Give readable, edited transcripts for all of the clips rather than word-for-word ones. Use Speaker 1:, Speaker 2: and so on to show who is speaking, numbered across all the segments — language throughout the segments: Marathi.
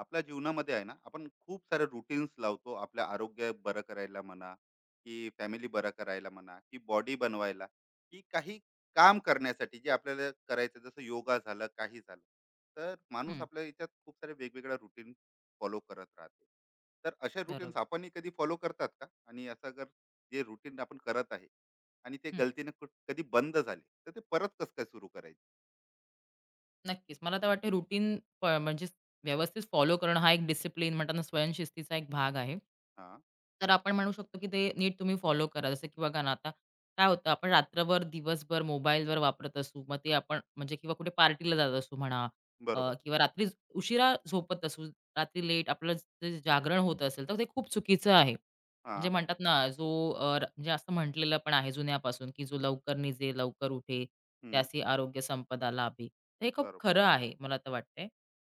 Speaker 1: आपल्या जीवनामध्ये आहे ना, आपण खूप सारे रुटीन्स लावतो. आपल्या आरोग्य बरं करायला म्हणा, की फॅमिली बरं करायला म्हणा, की बॉडी बनवायला, की काही काम करण्यासाठी जे आपल्याला करायचं, जसं योगा झालं, काही झालं, तर माणूस
Speaker 2: हं,
Speaker 1: आपल्या याच्यात खूप सारे वेगवेगळ्या रुटीन फॉलो करत राहते. तर अशा रुटीन्स
Speaker 2: बरोबर.
Speaker 1: आपणही कधी फॉलो करतात का? आणि असं जर जे रुटीन आपण करत आहे आणि ते
Speaker 2: हं,
Speaker 1: गलतीने कधी बंद झाले, तर ते परत कसं काय सुरू करायचे?
Speaker 2: नक्कीच. मला तर वाटते रुटीन म्हणजे व्यवस्थित फॉलो करणं हा एक डिसिप्लिन म्हणतात ना स्वयंशिस्तीचा एक भाग आहे.
Speaker 1: हा.
Speaker 2: तर आपण म्हणू शकतो, की ते नीट तुम्ही फॉलो करा. जसं की बघा ना, आता काय होतं आपण रात्रभर, दिवसभर मोबाईलवर वापरत असू. मग ते आपण म्हणजे किंवा कुठे पार्टीला जात असू म्हणा
Speaker 1: बरोबर.
Speaker 2: किंवा रात्री उशिरा झोपत असू, रात्री लेट आपलं जे जागरण होत असेल, तर ते खूप चुकीचं आहे.
Speaker 1: हा.
Speaker 2: म्हणजे म्हणतात ना, जो म्हणजे असं म्हटलेलं पण आहे जुन्यापासून, की "जो लवकर निजे, लवकर उठे,
Speaker 1: हम्म,
Speaker 2: त्यासी आरोग्य संपदा लाभे." तर हे खूप
Speaker 1: बरोबर.
Speaker 2: खरं आहे, मला तर वाटतंय.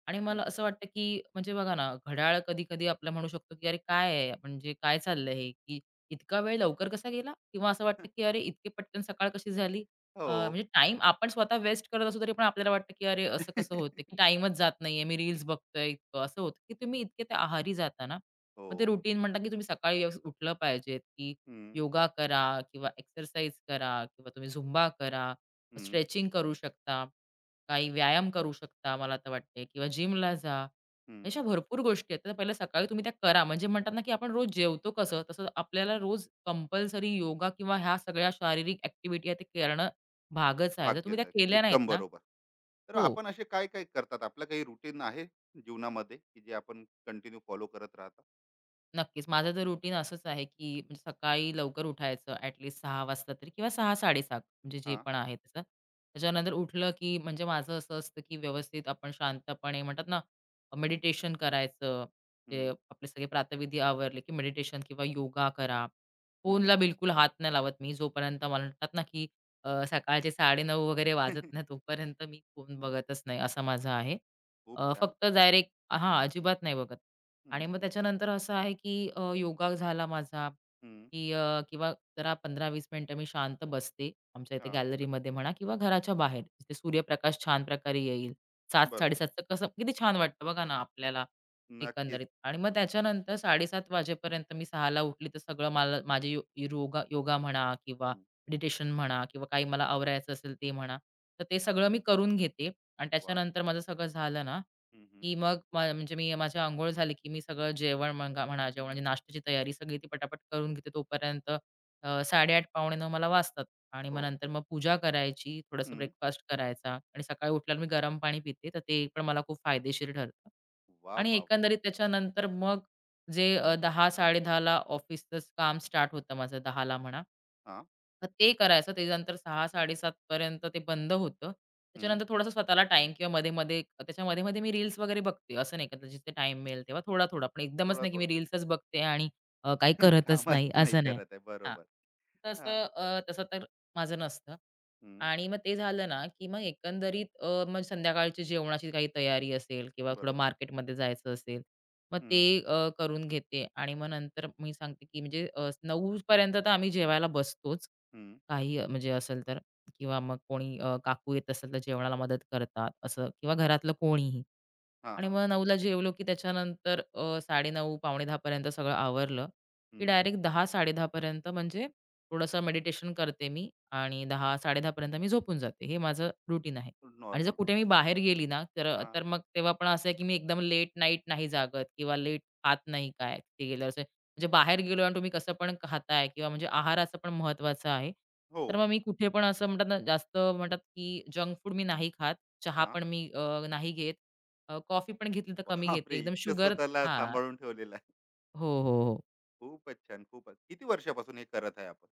Speaker 2: आणि
Speaker 1: हम्म,
Speaker 2: मला असं वाटतं, की म्हणजे बघा ना, घड्याळ कधी-कधी आपलं म्हणू शकतो, की "अरे काय आहे? म्हणजे काय चाललंय हे? की इतका वेळ लवकर कसा गेला?" किंवा असं वाटतं, की "अरे इतकी पटकन सकाळ कशी झाली?"
Speaker 1: हो.
Speaker 2: म्हणजे टाईम आपण स्वतः वेस्ट करत असू, तरी पण आपल्याला वाटतं, की "अरे असं कसं होतं? की टाईमच जात नाहीये, मी रील्स बघतोय इतकं." असं होतं, की तुम्ही इतके त्या आहारी जाता ना,
Speaker 1: हो.
Speaker 2: मग ते रुटीन म्हणतात की तुम्ही सकाळी व्यवस्थित उठलं पाहिजे, की
Speaker 1: हं,
Speaker 2: योगा करा किंवा एक्सरसाइज करा किंवा तुम्ही झुंबा करा,
Speaker 1: हं,
Speaker 2: स्ट्रेचिंग करू शकता, काही व्यायाम करू शकता मला तर वाटते किंवा जिमला जा.
Speaker 1: हं.
Speaker 2: अशा भरपूर गोष्टी आहेत. तर पहिलं सकाळी तुम्ही त्या करा. म्हणजे म्हणतात ना की आपण रोज जेवतो कसं, तसं आपल्याला रोज कंपल्सरी योगा किंवा ह्या सगळ्या शारीरिक ॲक्टिव्हिटी आहे ते करणं भागच आहे. जर तुम्ही
Speaker 1: भाग्यच
Speaker 2: त्या
Speaker 1: आहे.
Speaker 2: केल्या नाहीत
Speaker 1: एकदम
Speaker 2: ना
Speaker 1: बरोबर. तर
Speaker 2: हो.
Speaker 1: आपण असे काय-काय करतात? आपलं काही रुटीन आहे जीवनामध्ये, की जे आपण कंटिन्यू फॉलो करत राहता?
Speaker 2: नक्कीच. माझं तर रुटीन असंच आहे, की म्हणजे सकाळी लवकर उठायचं ॲटलीस्ट 6:00 वाजता तरी किंवा 6:00-6:30 म्हणजे जे
Speaker 1: हां.
Speaker 2: पण आहे त्याचं. त्याच्यानंतर उठलं, की म्हणजे माझं असं असतं, की व्यवस्थित आपण शांतपणे म्हणतात ना, मेडिटेशन करायचं. ते
Speaker 1: हं,
Speaker 2: आपले सगळे प्रातःविधी आवरले, की मेडिटेशन किंवा योगा करा.
Speaker 1: हं.
Speaker 2: फोनला बिलकुल हात नाही लावत मी जोपर्यंत मला म्हणतात ना, की सकाळचे 9:30 वगैरे वाजत नाही तोपर्यंत मी फोन बघतच नाही असा माझा आहे.
Speaker 1: खूप
Speaker 2: अ,
Speaker 1: छान.
Speaker 2: फक्त डायरेक्ट हां, अजिबात नाही बघत. आणि
Speaker 1: हं,
Speaker 2: मग त्याच्यानंतर असं आहे, की योगा झाला माझा,
Speaker 1: हं.
Speaker 2: की किंवा जरा 15-20 मिनिटं मी शांत बसते. आमच्या इथे
Speaker 1: हां.
Speaker 2: गॅलरीमध्ये म्हणा किंवा घराच्या बाहेर, जिथे सूर्यप्रकाश छान प्रकारे येईल.
Speaker 1: बरोबर.
Speaker 2: 7:00-7:30चं कसं किती छान वाटतं बघा ना आपल्याला
Speaker 1: नक्कीच.
Speaker 2: एकंदरीत. आणि मग त्याच्यानंतर 7:30 वाजेपर्यंत मी सहाला उठली, तर सगळं मला माझे योगा योगा म्हणा किंवा
Speaker 1: हं.
Speaker 2: मेडिटेशन म्हणा किंवा काही मला आवरायचं असेल ते म्हणा, तर ते सगळं मी करून घेते. आणि
Speaker 1: वाह!
Speaker 2: त्याच्यानंतर माझं सगळं झालं ना
Speaker 1: हं, हं.
Speaker 2: की मग म्हणजे मी माझी अंघोळ झाली, की मी सगळं जेवण म्हणा म्हणा जेवण म्हणजे नाश्त्याची तयारी सगळी ती पटापट करून घेते. तोपर्यंत 8:30 पावणे 9 मला वाजतात आणि मग
Speaker 1: हो.
Speaker 2: नंतर मग पूजा करायची, थोडंसं
Speaker 1: हं.
Speaker 2: ब्रेकफास्ट करायचा आणि सकाळी उठल्यावर मी गरम पाणी पिते. तर ते पण मला खूप फायदेशीर ठरतं.
Speaker 1: वाह,
Speaker 2: आणि
Speaker 1: वाह!
Speaker 2: एकंदरीत त्याच्यानंतर मग जे 10:00-10:30 ला ऑफिसचंच काम स्टार्ट होतं माझं 10:00 ला म्हणा.
Speaker 1: हां.
Speaker 2: तर ते करायचं. त्याच्यानंतर 6:00-7:30 पर्यंत ते बंद होतं.
Speaker 1: हं.
Speaker 2: त्याच्यानंतर थोडासा स्वतःला टाईम किंवा मध्ये-मध्ये त्याच्या मध्ये मी रील्स वगैरे बघते. असं नाही का जिथे टाईम मिळेल तेव्हा थोडा-थोडा. पण एकदमच नाही की मी
Speaker 1: थोडा-थोडा.
Speaker 2: रील्सच बघते आणि काही करतच
Speaker 1: कामच
Speaker 2: नाही
Speaker 1: नाही
Speaker 2: असं नाही.
Speaker 1: करत आहे.
Speaker 2: हां.
Speaker 1: बरोबर. हां.
Speaker 2: तसं तर माझं नसतं.
Speaker 1: हं.
Speaker 2: आणि मग ते झालं ना, की मग एकंदरीत मग संध्याकाळची जेवणाची काही तयारी असेल किंवा थोडं
Speaker 1: बरोबर.
Speaker 2: मार्केटमध्ये जायचं असेल, मग ते
Speaker 1: हं,
Speaker 2: करून घेते आणि मग नंतर मी सांगते, की म्हणजे 9 पर्यंत तर आम्ही जेवायला बसतोच.
Speaker 1: हं.
Speaker 2: काही म्हणजे असेल तर किंवा मग कोणी काकू येत असेल तर जेवणाला मदत करतात असं किंवा घरातलं कोणीही.
Speaker 1: हां,
Speaker 2: आणि
Speaker 1: हां.
Speaker 2: मग 9:00ला जेवलो, की त्याच्यानंतर 9:30 पावणे 10 पर्यंत सगळं आवरलं, की डायरेक्ट 10-10:30 म्हणजे थोडंसं मेडिटेशन करते मी आणि 10-10:30 पर्यंत मी झोपून जाते. हे माझं रुटीन आहे. आणि जर
Speaker 1: नॉर्मल
Speaker 2: कुठे
Speaker 1: रूटीन.
Speaker 2: मी बाहेर गेली ना, तर
Speaker 1: हां.
Speaker 2: तर मग तेव्हा पण असं आहे, की मी एकदम लेट नाईट नाही जागत किंवा लेट खात नाही काय तिथे गेल्यावर असं. म्हणजे बाहेर गेलो आणि तुम्ही कसं पण खाताय किंवा म्हणजे आहाराचं पण महत्त्वाचं आहे.
Speaker 1: हो.
Speaker 2: तर मग मी कुठे पण असं म्हणतात ना, जास्त म्हणतात, की जंक फूड मी नाही खात. चहा
Speaker 1: हां.
Speaker 2: पण मी नाही घेत. कॉफी पण घेतली तर कमी घेते.
Speaker 1: बापरे!
Speaker 2: एकदम
Speaker 1: इतकं
Speaker 2: शुगर
Speaker 1: स्वतःला
Speaker 2: हां.
Speaker 1: सांभाळून ठेवलेलं आहे.
Speaker 2: हो, हो, हो.
Speaker 1: खूपच छान, खूपच. किती वर्षापासून हे करत आहे आपण?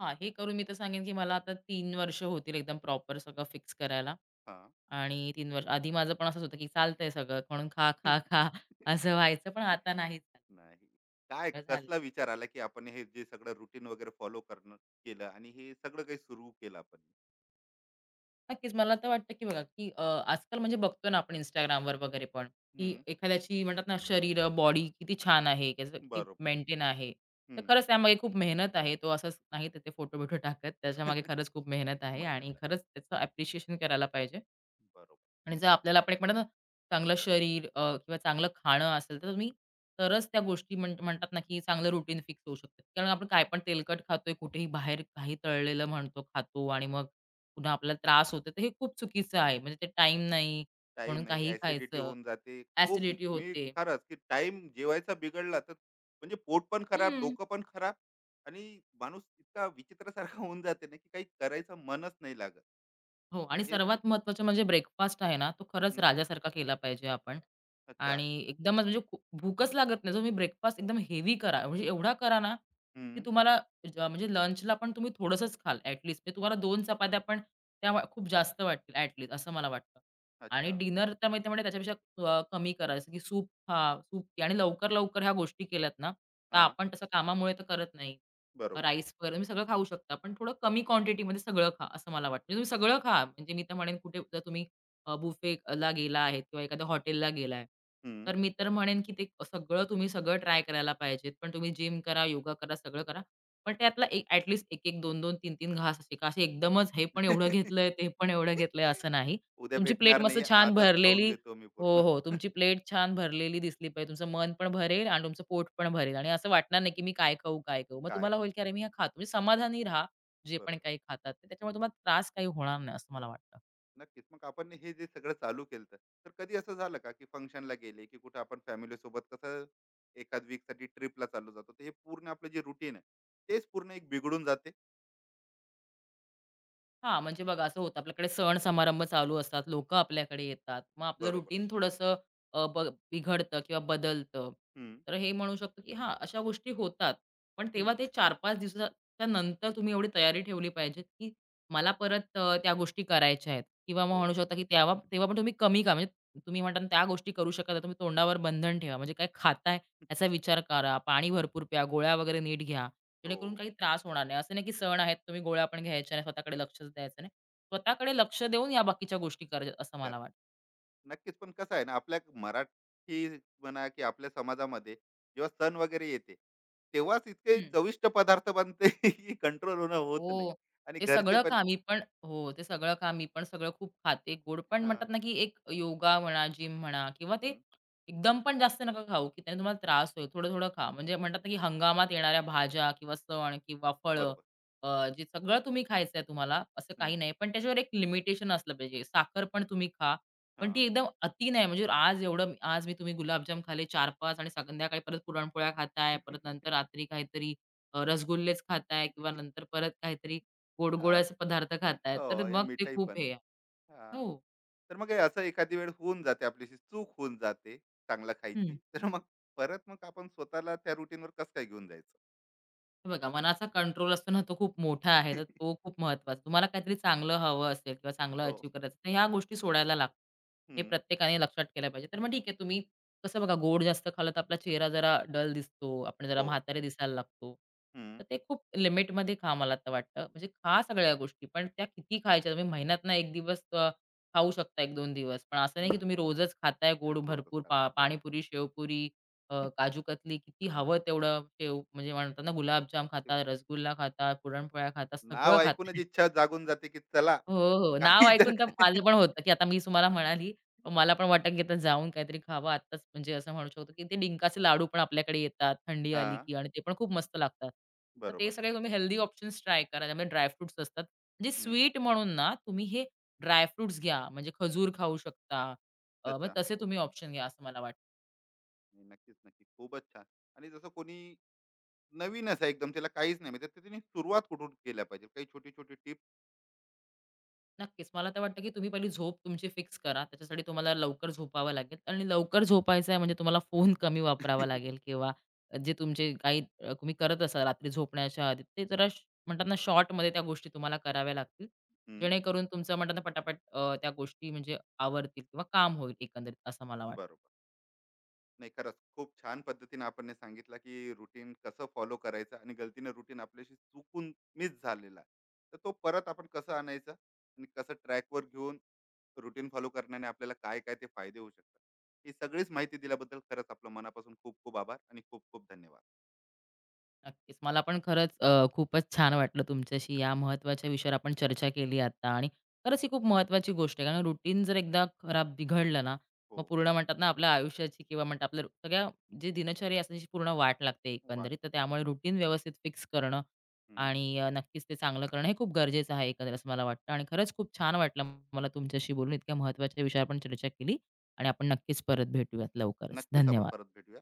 Speaker 2: हां, हे करून मी तर सांगेन, की मला आता 3 वर्ष होतील एकदम प्रॉपर सगळं फिक्स करायला.
Speaker 1: हां.
Speaker 2: आणि 3 वर्ष आधी माझं पण असंच होतं, की चालतंय सगळं म्हणून खा, खा, खा असं व्हायचं. पण आता नाही झालं.
Speaker 1: नाही. काय
Speaker 2: झाले.
Speaker 1: कसला विचार आला, की आपण हे जे सगळं रुटीन वगैरे फॉलो करणं केलं आणि हे सगळं काही सुरू केलं आपण?
Speaker 2: नक्कीच. मला तर वाटतं, की बघा, की आजकाल म्हणजे बघतो ना आपण Instagramवर वगैरे पण, की
Speaker 1: हं.
Speaker 2: एखाद्याची म्हणतात ना शरीर, बॉडी किती छान आहे, त्याचं किती
Speaker 1: बरोबर.
Speaker 2: मेंटेन आहे. तर
Speaker 1: हं.
Speaker 2: खरंच त्यामागे खूप मेहनत आहे. तो असंच नाही तर ते फोटो-बिटो टाकत. त्याच्यामागे खरंच खूप मेहनत आहे आणि
Speaker 1: मेहनत आहे.
Speaker 2: खरंच त्याचं ॲप्रिशिएशन करायला पाहिजे.
Speaker 1: बरोबर.
Speaker 2: आणि जर आपल्याला आपण एक म्हणतो ना, चांगलं शरीर किंवा चांगलं खाणं असेल, तर तुम्ही तरच त्या गोष्टी म्हणतात ना, की चांगलं रुटीन फिक्स होऊ शकतं. कारण आपण काय पण तेलकट खातोय, कुठेही बाहेर काही तळलेलं म्हणतो खातो आणि मग पुन्हा आपल्याला त्रास होतो, तर हे खूप चुकीचं आहे. म्हणजे ते टाईम नाही
Speaker 1: टाइम
Speaker 2: म्हणून
Speaker 1: नाही,
Speaker 2: काहीही
Speaker 1: ऍसिडिटी
Speaker 2: खायचं.
Speaker 1: होऊन जाते खूप.
Speaker 2: ॲसिडिटी
Speaker 1: मी
Speaker 2: होते.
Speaker 1: खरंच, की टाइम जेवायचा बिघडला, तर म्हणजे पोट पण खराब,
Speaker 2: हं.
Speaker 1: डोकं पण खराब. आणि माणूस इतका विचित्रसारखा होऊन जाते ना, की काही करायचं मनच नाही लागत.
Speaker 2: हो
Speaker 1: तर
Speaker 2: आणि
Speaker 1: हे ना.
Speaker 2: सर्वात महत्त्वाचं म्हणजे ब्रेकफास्ट आहे ना, तो खरंच
Speaker 1: हम्म,
Speaker 2: राजासारखा केला पाहिजे आपण
Speaker 1: अच्छा.
Speaker 2: आणि एकदमच म्हणजे भूकच लागत नाही. तुम्ही ब्रेकफास्ट एकदम हेवी करा, म्हणजे एवढा करा ना, की
Speaker 1: हम्म,
Speaker 2: तुम्हाला म्हणजे लंचला पण तुम्ही थोडंसंच खाल ॲट लीस्ट म्हणजे तुम्हाला 2 चपात्या पण खूप जास्त वाटतील असं मला वाटतं. आणि
Speaker 1: अच्छा.
Speaker 2: डिनर तर माहिती म्हणजे त्याच्यापेक्षा कमी करा. जसं की सूप खा, सूप प्या. आणि लवकर, लवकर ह्या गोष्टी केल्यात ना, तर
Speaker 1: हा.
Speaker 2: आपण तसं कामामुळे तर करत नाही.
Speaker 1: बरोबर.
Speaker 2: राईस वगैरे तुम्ही सगळं खाऊ शकता. पण थोडं कमी क्वांटिटीमध्ये सगळं खा, असं मला वाटतं. म्हणजे तुम्ही सगळं खा. म्हणजे मी तर म्हणेन कुठे जर तुम्ही बुफेला गेला आहे किंवा एखाद्या हॉटेलला गेलाय,
Speaker 1: हम्म.
Speaker 2: तर मी तर म्हणेन की ते सगळं तुम्ही सगळं ट्राय करायला पाहिजेत. पण तुम्ही जिम करा, योगा करा, सगळं करा. पण त्यातला एक ॲटलीस्ट 1-1, 2-2, 3-3 घास असे का असे एकदमच हे पण एवढं घेतलंय, ते पण एवढं घेतलंय असं नाही.
Speaker 1: उद्या
Speaker 2: तुमची प्लेट
Speaker 1: भेटणार
Speaker 2: मस्त
Speaker 1: नाही.
Speaker 2: छान
Speaker 1: आजच खाऊन
Speaker 2: भरलेली
Speaker 1: घेतो मी
Speaker 2: हो,
Speaker 1: पूर्ण.
Speaker 2: हो. तुमची प्लेट छान भरलेली दिसली पाहिजे. तुमचं मन पण भरेल आणि तुमचं पोट पण भरेल आणि असं वाटणार नाही, की मी काय खाऊ, काय खाऊ? मग
Speaker 1: काय
Speaker 2: तुम्हाला
Speaker 1: खाऊ.
Speaker 2: होईल, की अरे मी हे खातो. म्हणजे समाधानी राहा, जे पण
Speaker 1: बरोबर.
Speaker 2: काही खातात ते. त्याच्यामुळे तुम्हाला त्रास काही होणार नाही, असं मला वाटतं.
Speaker 1: नक्कीच. मग आपण हे जे सगळं चालू केलं, तर कधी असं झालं का, की फंक्शनला गेले, की कुठं आपण फॅमिली सोबत कसं एखाद वीक साठी ट्रिपला चाललो जातो, तर हे पूर्ण आपलं जे रुटीन आहे, तेच पूर्ण एक बिघडून जाते.
Speaker 2: हां, म्हणजे बघा असं होतं आपल्याकडे सण-समारंभ चालू असतात, लोकं आपल्याकडे येतात. मग आपलं
Speaker 1: बरोबर.
Speaker 2: रुटीन थोडंसं अ, ब बिघडतं किंवा बदलतं.
Speaker 1: हम्म,
Speaker 2: तर हे म्हणू शकतो, की हां, अशा गोष्टी होतात. पण
Speaker 1: हम्म,
Speaker 2: तेव्हा ते चार 5 दिवसाच्या नंतर तुम्ही एवढी तयारी ठेवली पाहिजे, की मला परत त्या गोष्टी करायच्या आहेत किंवा मग
Speaker 1: हो.
Speaker 2: म्हणू शकता, की तेव्हा तेव्हा पण तुम्ही कमी का म्हणजे तुम्ही म्हणता ना त्या गोष्टी करू शकत नाही. तुम्ही तोंडावर बंधन ठेवा. म्हणजे काय खाताय याचा विचार करा. पाणी भरपूर प्या, गोळ्या वगैरे नीट घ्या.
Speaker 1: हो.
Speaker 2: जेणेकरून काही त्रास होणार नाही. असं नाही की सण आहेत, तुम्ही गोळ्या पण घ्यायच्या नाही, स्वतःकडे लक्षच द्यायचं नाही. स्वतःकडे लक्ष देऊन या बाकीच्या गोष्टी करायच्या असं
Speaker 1: तर
Speaker 2: मला वाटतं.
Speaker 1: नक्कीच. पण कसं आहे ना, आपल्या मराठी म्हणा, की आपल्या समाजामध्ये जेव्हा सण वगैरे येते, तेव्हाच इतके चविष्ट पदार्थ बनते, की कंट्रोल होणं होत नाही.
Speaker 2: हो.
Speaker 1: आणि घरचे पण.
Speaker 2: ते सगळं खा मी पण सगळं खूप खाते गोड. पण
Speaker 1: हा.
Speaker 2: म्हणतात ना, की एक योगा म्हणा, जिम म्हणा किंवा ते
Speaker 1: हम्म,
Speaker 2: एकदम पण जास्त नका खाऊ, की त्याने तुम्हाला त्रास होईल. थोडं-थोडं खा. म्हणजे म्हणतात ना, की हंगामात येणाऱ्या भाज्या किंवा सण किंवा फळं
Speaker 1: बरोबर.
Speaker 2: अ, जे सगळं तुम्ही खायचंय तुम्हाला असं
Speaker 1: हम्म,
Speaker 2: काही नाही. पण त्याच्यावर एक लिमिटेशन असलं पाहिजे. साखर पण तुम्ही खा,
Speaker 1: हा.
Speaker 2: पण ती एकदम अति नाही. म्हणजे आज एवढं आज मी तुम्ही गुलाबजाम खाल्ले 4-5 आणि संध्याकाळी परत पुरणपोळ्या खाताय, परत नंतर रात्री काहीतरी रसगुल्लेच खाताय किंवा नंतर परत काहीतरी गोड-गोड
Speaker 1: आ,
Speaker 2: असे पदार्थ
Speaker 1: ते
Speaker 2: खाताय,
Speaker 1: हो,
Speaker 2: तर
Speaker 1: या
Speaker 2: मग ते
Speaker 1: मिठाई
Speaker 2: खूप
Speaker 1: पण.
Speaker 2: हे आहे.
Speaker 1: हां.
Speaker 2: हो.
Speaker 1: तर मग हे असं एखादी वेळ होऊन जाते, आपल्याशी चूक होऊन जाते चांगलं
Speaker 2: हं.
Speaker 1: खायची. तर मग परत मग आपण स्वतःला त्या रुटीनवर कसं काय घेऊन जायचं?
Speaker 2: हे बघा मनाचा कंट्रोल असतो ना, तो खूप मोठा आहे. तर तो खूप महत्त्वाचा. तुम्हाला काहीतरी चांगलं हवं असेल किंवा चांगलं
Speaker 1: हो.
Speaker 2: अचीव्ह करायचं तर ह्या गोष्टी सोडायला लागतात. हे
Speaker 1: हं.
Speaker 2: प्रत्येकाने लक्षात केलं पाहिजे. तर मग ठीक आहे तुम्ही कसं बघा गोड जास्त खाल्लं तर आपला चेहरा जरा डल दिसतो. आपण जरा
Speaker 1: हो.
Speaker 2: म्हातारे दिसायला लागतो.
Speaker 1: हं.
Speaker 2: तर ते खूप लिमिटमध्ये खा मला तर वाटतं. म्हणजे खा सगळ्या गोष्टी, पण त्या किती खायच्या? तुम्ही महिन्यातनं 1 दिवस खाऊ शकता 1-2 दिवस. पण असं नाही की
Speaker 1: हं.
Speaker 2: तुम्ही रोजच खाताय गोड
Speaker 1: रोजच
Speaker 2: भरपूर
Speaker 1: खातात. बरोबर.
Speaker 2: पाणीपुरी, शेवपुरी काजू कतली किती हवं तेवढं शेव म्हणजे म्हणतात ना गुलाबजाम
Speaker 1: ते
Speaker 2: खाता, रसगुल्ला खाता, पुरणपोळ्या खाता, सगळं
Speaker 1: नाव ऐकूनच
Speaker 2: खातायत.
Speaker 1: इच्छा जागून जाते, की चला.
Speaker 2: हो, हो. हो. नाव
Speaker 1: काही तर.
Speaker 2: ऐकून तर माझं पण होतं, की आता मी तुम्हाला म्हणाली, पण मला पण वाटतं की आता जाऊन काहीतरी खावं आत्ताच म्हणजे असं म्हणू शकतो, की ते डिंकाचे लाडू पण आपल्याकडे येतात थंडी आली
Speaker 1: हां.
Speaker 2: की आणि ते पण खूप मस्त लागतात. तर ते
Speaker 1: बरोबर.
Speaker 2: सगळे तुम्ही हेल्दी ऑप्शन्स ट्राय करा. त्यामध्ये ड्रायफ्रुट्स असतात. म्हणजे
Speaker 1: हं.
Speaker 2: स्वीट म्हणून ना तुम्ही हे ड्रायफ्रुट्स घ्या म्हणजे खजूर खाऊ शकता. मग
Speaker 1: अच्छा.
Speaker 2: तसे तुम्ही ऑप्शन घ्या असं मला वाटतं.
Speaker 1: नाही, नक्कीच, नक्की. खूपच छान. आणि जसं कोणी नवीन असं एकदम त्याला काहीच नाही माहिती, तर त्याने सुरुवात कुठून केल्या पाहिजे? काही छोटी-छोटी.
Speaker 2: नक्कीच. मला तर वाटतं, की तुम्ही पहिली झोप तुमची फिक्स करा. त्याच्यासाठी तुम्हाला लवकर झोपावं लागेल आणि लवकर झोपायचं आहे म्हणजे तुम्हाला फोन कमी वापरावा
Speaker 1: हं,
Speaker 2: लागेल किंवा जे तुमचे काही तुम्ही करत असाल रात्री झोपण्याच्या आधी ते जरा म्हणतात ना शॉर्टमध्ये त्या गोष्टी तुम्हाला कराव्या लागतील. जेणेकरून तुमचं म्हणतात ना पटापट त्या गोष्टी म्हणजे आवरतील किंवा काम होईल एकंदरीत असं मला वाटतं.
Speaker 1: बरोबर. नाही, खरंच खूप छान पद्धतीने आपण हे सांगितलं, की रुटीन कसं फॉलो करायचं आणि गलतीने रुटीन आपल्याशी चुकून मिस झालेला आहे. तर तो परत आपण कसं आणायचा आणि कसं ट्रॅकवर घेऊन रुटीन फॉलो करण्याने आपल्याला काय-काय ते फायदे होऊ शकतात. ही सगळीच माहिती दिल्याबद्दल खरंच आपलं मनापासून खूप खूप आभार आणि खूप खूप धन्यवाद.
Speaker 2: नक्कीच. मला पण खरंच खूपच छान वाटलं तुमच्याशी या महत्त्वाच्या विषयावर आपण चर्चा केली आता आणि खरंच ही खूप महत्त्वाची गोष्ट आहे. कारण रुटीन जर एकदा खराब बिघडलं ना, मग
Speaker 1: हो,
Speaker 2: पूर्ण म्हणतात ना आपल्या आयुष्याची किंवा म्हणतात आपल्या सगळ्या जी दिनचर्या असते त्याची पूर्ण वाट लागते
Speaker 1: वाट.
Speaker 2: एकंदरीत. तर त्यामुळे रुटीन व्यवस्थित फिक्स करणं
Speaker 1: हं.
Speaker 2: आणि नक्कीच ते चांगलं करणं हे खूप गरजेचं आहे एकंदरीत असं मला वाटतं. आणि खरंच खूप छान वाटलं मला तुमच्याशी बोलून. इतक्या महत्त्वाच्या विषयावर आपण चर्चा केली आणि आपण नक्कीच परत भेटूयात लवकरच.
Speaker 1: नक्कीच आपण
Speaker 2: धन्यवाद.
Speaker 1: परत भेटूया.